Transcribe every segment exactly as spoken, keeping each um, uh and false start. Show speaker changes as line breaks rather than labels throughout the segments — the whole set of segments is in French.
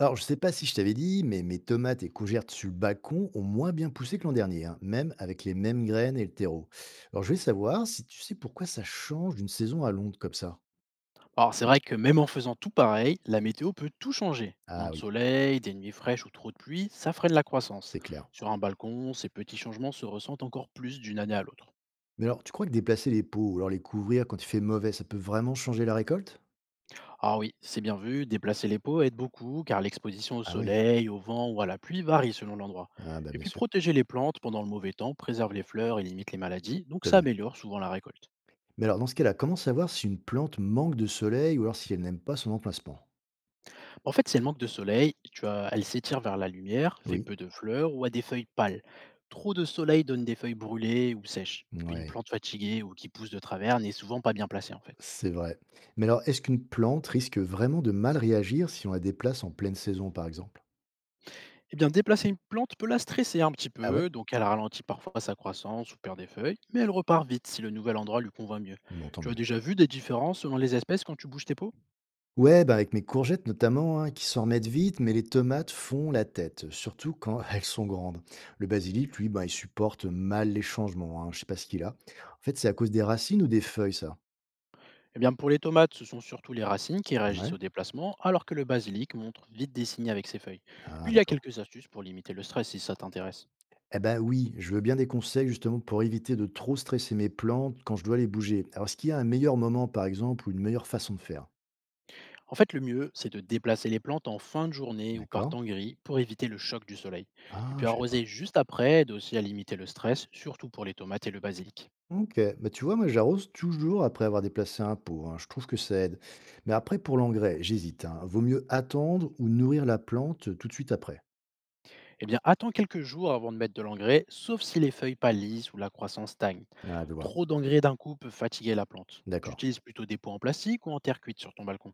Alors, je ne sais pas si je t'avais dit, mais mes tomates et courgettes sur le balcon ont moins bien poussé que l'an dernier, hein, même avec les mêmes graines et le terreau. Alors, je voulais savoir si tu sais pourquoi ça change d'une saison à l'autre comme ça.
Alors c'est vrai que même en faisant tout pareil, la météo peut tout changer.
Ah
Moins de
oui,
soleil, des nuits fraîches ou trop de pluie, ça freine la croissance.
c'est clair.
Sur un balcon, ces petits changements se ressentent encore plus d'une année à l'autre.
Mais alors, tu crois que déplacer les pots ou alors les couvrir quand il fait mauvais, ça peut vraiment changer la récolte?
Ah oui, c'est bien vu, déplacer les pots aide beaucoup car l'exposition au
Ah oui,
soleil, au vent ou à la pluie varie selon l'endroit.
ah bah
Et
bien
puis
sûr,
protéger les plantes pendant le mauvais temps préserve les fleurs et limite les maladies, donc
c'est
ça
vrai.
améliore souvent la récolte.
Mais alors, dans ce cas-là, comment savoir si une plante manque de soleil ou alors si elle n'aime pas son emplacement?
En fait, si elle manque de soleil, tu as, elle s'étire vers la lumière, fait
Oui,
peu de fleurs ou a des feuilles pâles. Trop de soleil donne des feuilles brûlées ou sèches. Puis une
ouais.
plante fatiguée ou qui pousse de travers n'est souvent pas bien placée en fait.
C'est vrai. Mais alors, est-ce qu'une plante risque vraiment de mal réagir si on la déplace en pleine saison, par exemple?
Eh bien, déplacer une plante peut la stresser un petit
Ah ouais?
peu, donc elle ralentit parfois sa croissance ou perd des feuilles, mais elle repart vite si le nouvel endroit lui convient mieux.
Bon, tant
Tu as
mieux.
déjà vu des différences selon les espèces quand tu bouges tes pots?
Ouais, bah avec mes courgettes notamment, hein, qui s'en remettent vite, mais les tomates font la tête, surtout quand elles sont grandes. Le basilic, lui, bah, il supporte mal les changements, hein, je sais pas ce qu'il a. En fait, c'est à cause des racines ou des feuilles, ça?
Eh bien, pour les tomates, ce sont surtout les racines qui réagissent
Ouais?
au déplacement, alors que le basilic montre vite des signes avec ses feuilles.
Ah,
Puis il y a
d'accord.
quelques astuces pour limiter le stress si ça t'intéresse.
Eh ben oui, je veux bien des conseils justement pour éviter de trop stresser mes plantes quand je dois les bouger. Alors, est-ce qu'il y a un meilleur moment, par exemple, ou une meilleure façon de faire?
En fait, le mieux, c'est de déplacer les plantes en fin de journée ou par
D'accord?
temps gris pour éviter le choc du soleil. Et
Ah,
puis
je sais pas.
arroser juste après aide aussi à limiter le stress, surtout pour les tomates et le basilic.
OK, bah, tu vois, moi, j'arrose toujours après avoir déplacé un pot, hein. Je trouve que ça aide. Mais après, pour l'engrais, j'hésite, hein. Vaut mieux attendre ou nourrir la plante tout de suite après.
Eh bien, attends quelques jours avant de mettre de l'engrais, sauf si les feuilles pâlissent ou la croissance stagne.
Ah, je vois.
Trop d'engrais d'un coup peut fatiguer la plante. Tu
D'accord.
utilises plutôt des pots en plastique ou en terre cuite sur ton balcon?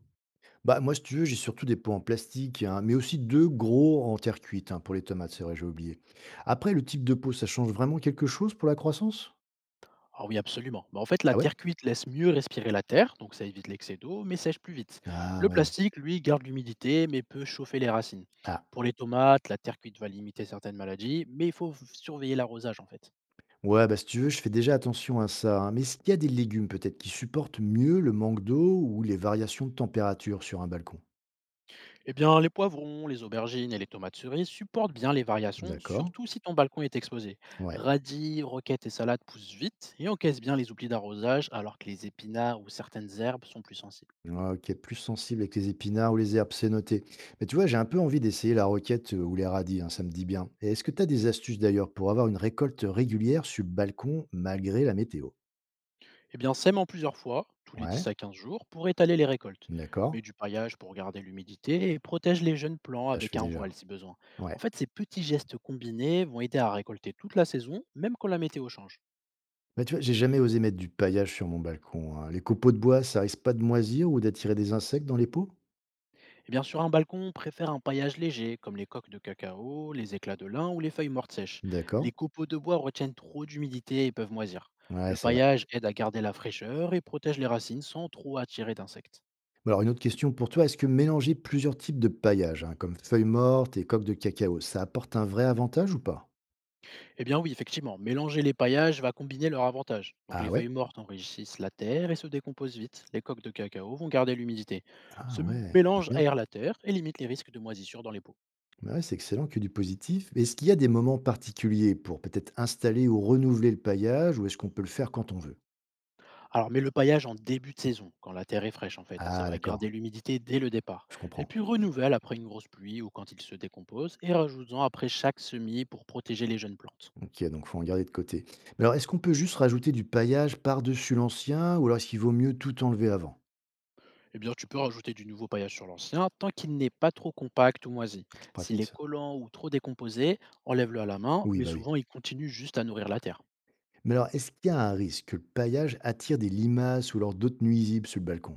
Bah, moi, si tu veux, j'ai surtout des pots en plastique, hein, mais aussi deux gros en terre cuite, hein, pour les tomates, c'est vrai, j'ai oublié. Après, le type de pot, ça change vraiment quelque chose pour la croissance?
Ah oui, absolument. Bah, en fait, la
Ah ouais?
terre cuite laisse mieux respirer la terre, donc ça évite l'excès d'eau, mais sèche plus vite.
Ah
Le
ouais.
plastique, lui, garde l'humidité, mais peut chauffer les racines.
Ah.
Pour les tomates, la terre cuite va limiter certaines maladies, mais il faut v- surveiller l'arrosage en fait.
Ouais, bah, si tu veux, je fais déjà attention à ça, hein. Mais est-ce qu'il y a des légumes peut-être qui supportent mieux le manque d'eau ou les variations de température sur un balcon?
Eh bien, les poivrons, les aubergines et les tomates cerises supportent bien les variations,
D'accord.
surtout si ton balcon est exposé.
Ouais.
Radis, roquettes et salades poussent vite et encaissent bien les oublis d'arrosage, alors que les épinards ou certaines herbes sont plus sensibles.
Ouais, OK, plus sensible avec les épinards ou les herbes, c'est noté. Mais tu vois, j'ai un peu envie d'essayer la roquette euh, ou les radis, hein, ça me dit bien. Et est-ce que tu as des astuces d'ailleurs pour avoir une récolte régulière sur le balcon malgré la météo?
Eh bien, sème en plusieurs fois, tous les
Ouais,
dix à quinze jours, pour étaler les récoltes.
d'accord.
Mets du paillage pour garder l'humidité et protège les jeunes plants
Ça, je
avec
fais
un
déjà.
voile si besoin. En
Ouais.
fait, ces petits gestes combinés vont aider à récolter toute la saison, même quand la météo change.
Bah, tu vois, j'ai jamais osé mettre du paillage sur mon balcon. Hein. Les copeaux de bois, ça risque pas de moisir ou d'attirer des insectes dans les pots?
Et bien, sur un balcon, on préfère un paillage léger, comme les coques de cacao, les éclats de lin ou les feuilles mortes sèches.
D'accord.
Les copeaux de bois retiennent trop d'humidité et peuvent moisir.
Ouais,
Le
c'est vrai.
paillage aide à garder la fraîcheur et protège les racines sans trop attirer d'insectes.
Bon, alors, une autre question pour toi, est-ce que mélanger plusieurs types de paillage, hein, comme feuilles mortes et coques de cacao, ça apporte un vrai avantage ou pas?
Eh bien oui, effectivement, mélanger les paillages va combiner leurs avantages. Donc
Ah
les
ouais?
feuilles mortes enrichissent la terre et se décomposent vite. Les coques de cacao vont garder l'humidité.
Ah
Ce
ouais, c'est
mélange
bien.
aère la terre et limite les risques de moisissure dans les pots.
Mais ouais, c'est excellent, que du positif. Est-ce qu'il y a des moments particuliers pour peut-être installer ou renouveler le paillage ou est-ce qu'on peut le faire quand on veut?
Alors mets le paillage en début de saison, quand la terre est fraîche en fait. Ça
Ah
va
d'accord,
garder l'humidité dès le départ.
je
Et
comprends.
puis renouvelle après une grosse pluie ou quand il se décompose et rajoute-en après chaque semis pour protéger les jeunes plantes.
OK, donc faut en garder de côté. Mais alors, est-ce qu'on peut juste rajouter du paillage par-dessus l'ancien ou alors est-ce qu'il vaut mieux tout enlever avant?
Eh bien, tu peux rajouter du nouveau paillage sur l'ancien tant qu'il n'est pas trop compact ou moisi.
C'est
S'il
pratique
est
ça.
collant ou trop décomposé, enlève-le à la main,
Oui,
mais
bah oui.
souvent il continue juste à nourrir la terre.
Mais alors, est-ce qu'il y a un risque que le paillage attire des limaces ou alors d'autres nuisibles sur le balcon?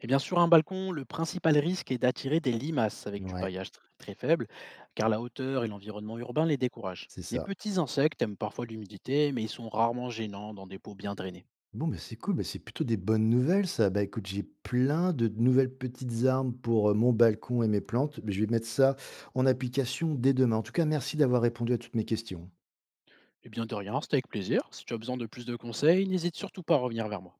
Et bien, sur un balcon, le principal risque est d'attirer des limaces avec du
Ouais,
paillage tr- très faible, car la hauteur et l'environnement urbain les découragent.
c'est
Les
ça.
petits insectes aiment parfois l'humidité, mais ils sont rarement gênants dans des pots bien drainés.
Bon, mais c'est cool, mais c'est plutôt des bonnes nouvelles ça. Bah, écoute, j'ai plein de nouvelles petites armes pour, heu, mon balcon et mes plantes. Mais je vais mettre ça en application dès demain. En tout cas, merci d'avoir répondu à toutes mes questions.
Eh bien, de rien, c'était avec plaisir. Si tu as besoin de plus de conseils, n'hésite surtout pas à revenir vers moi.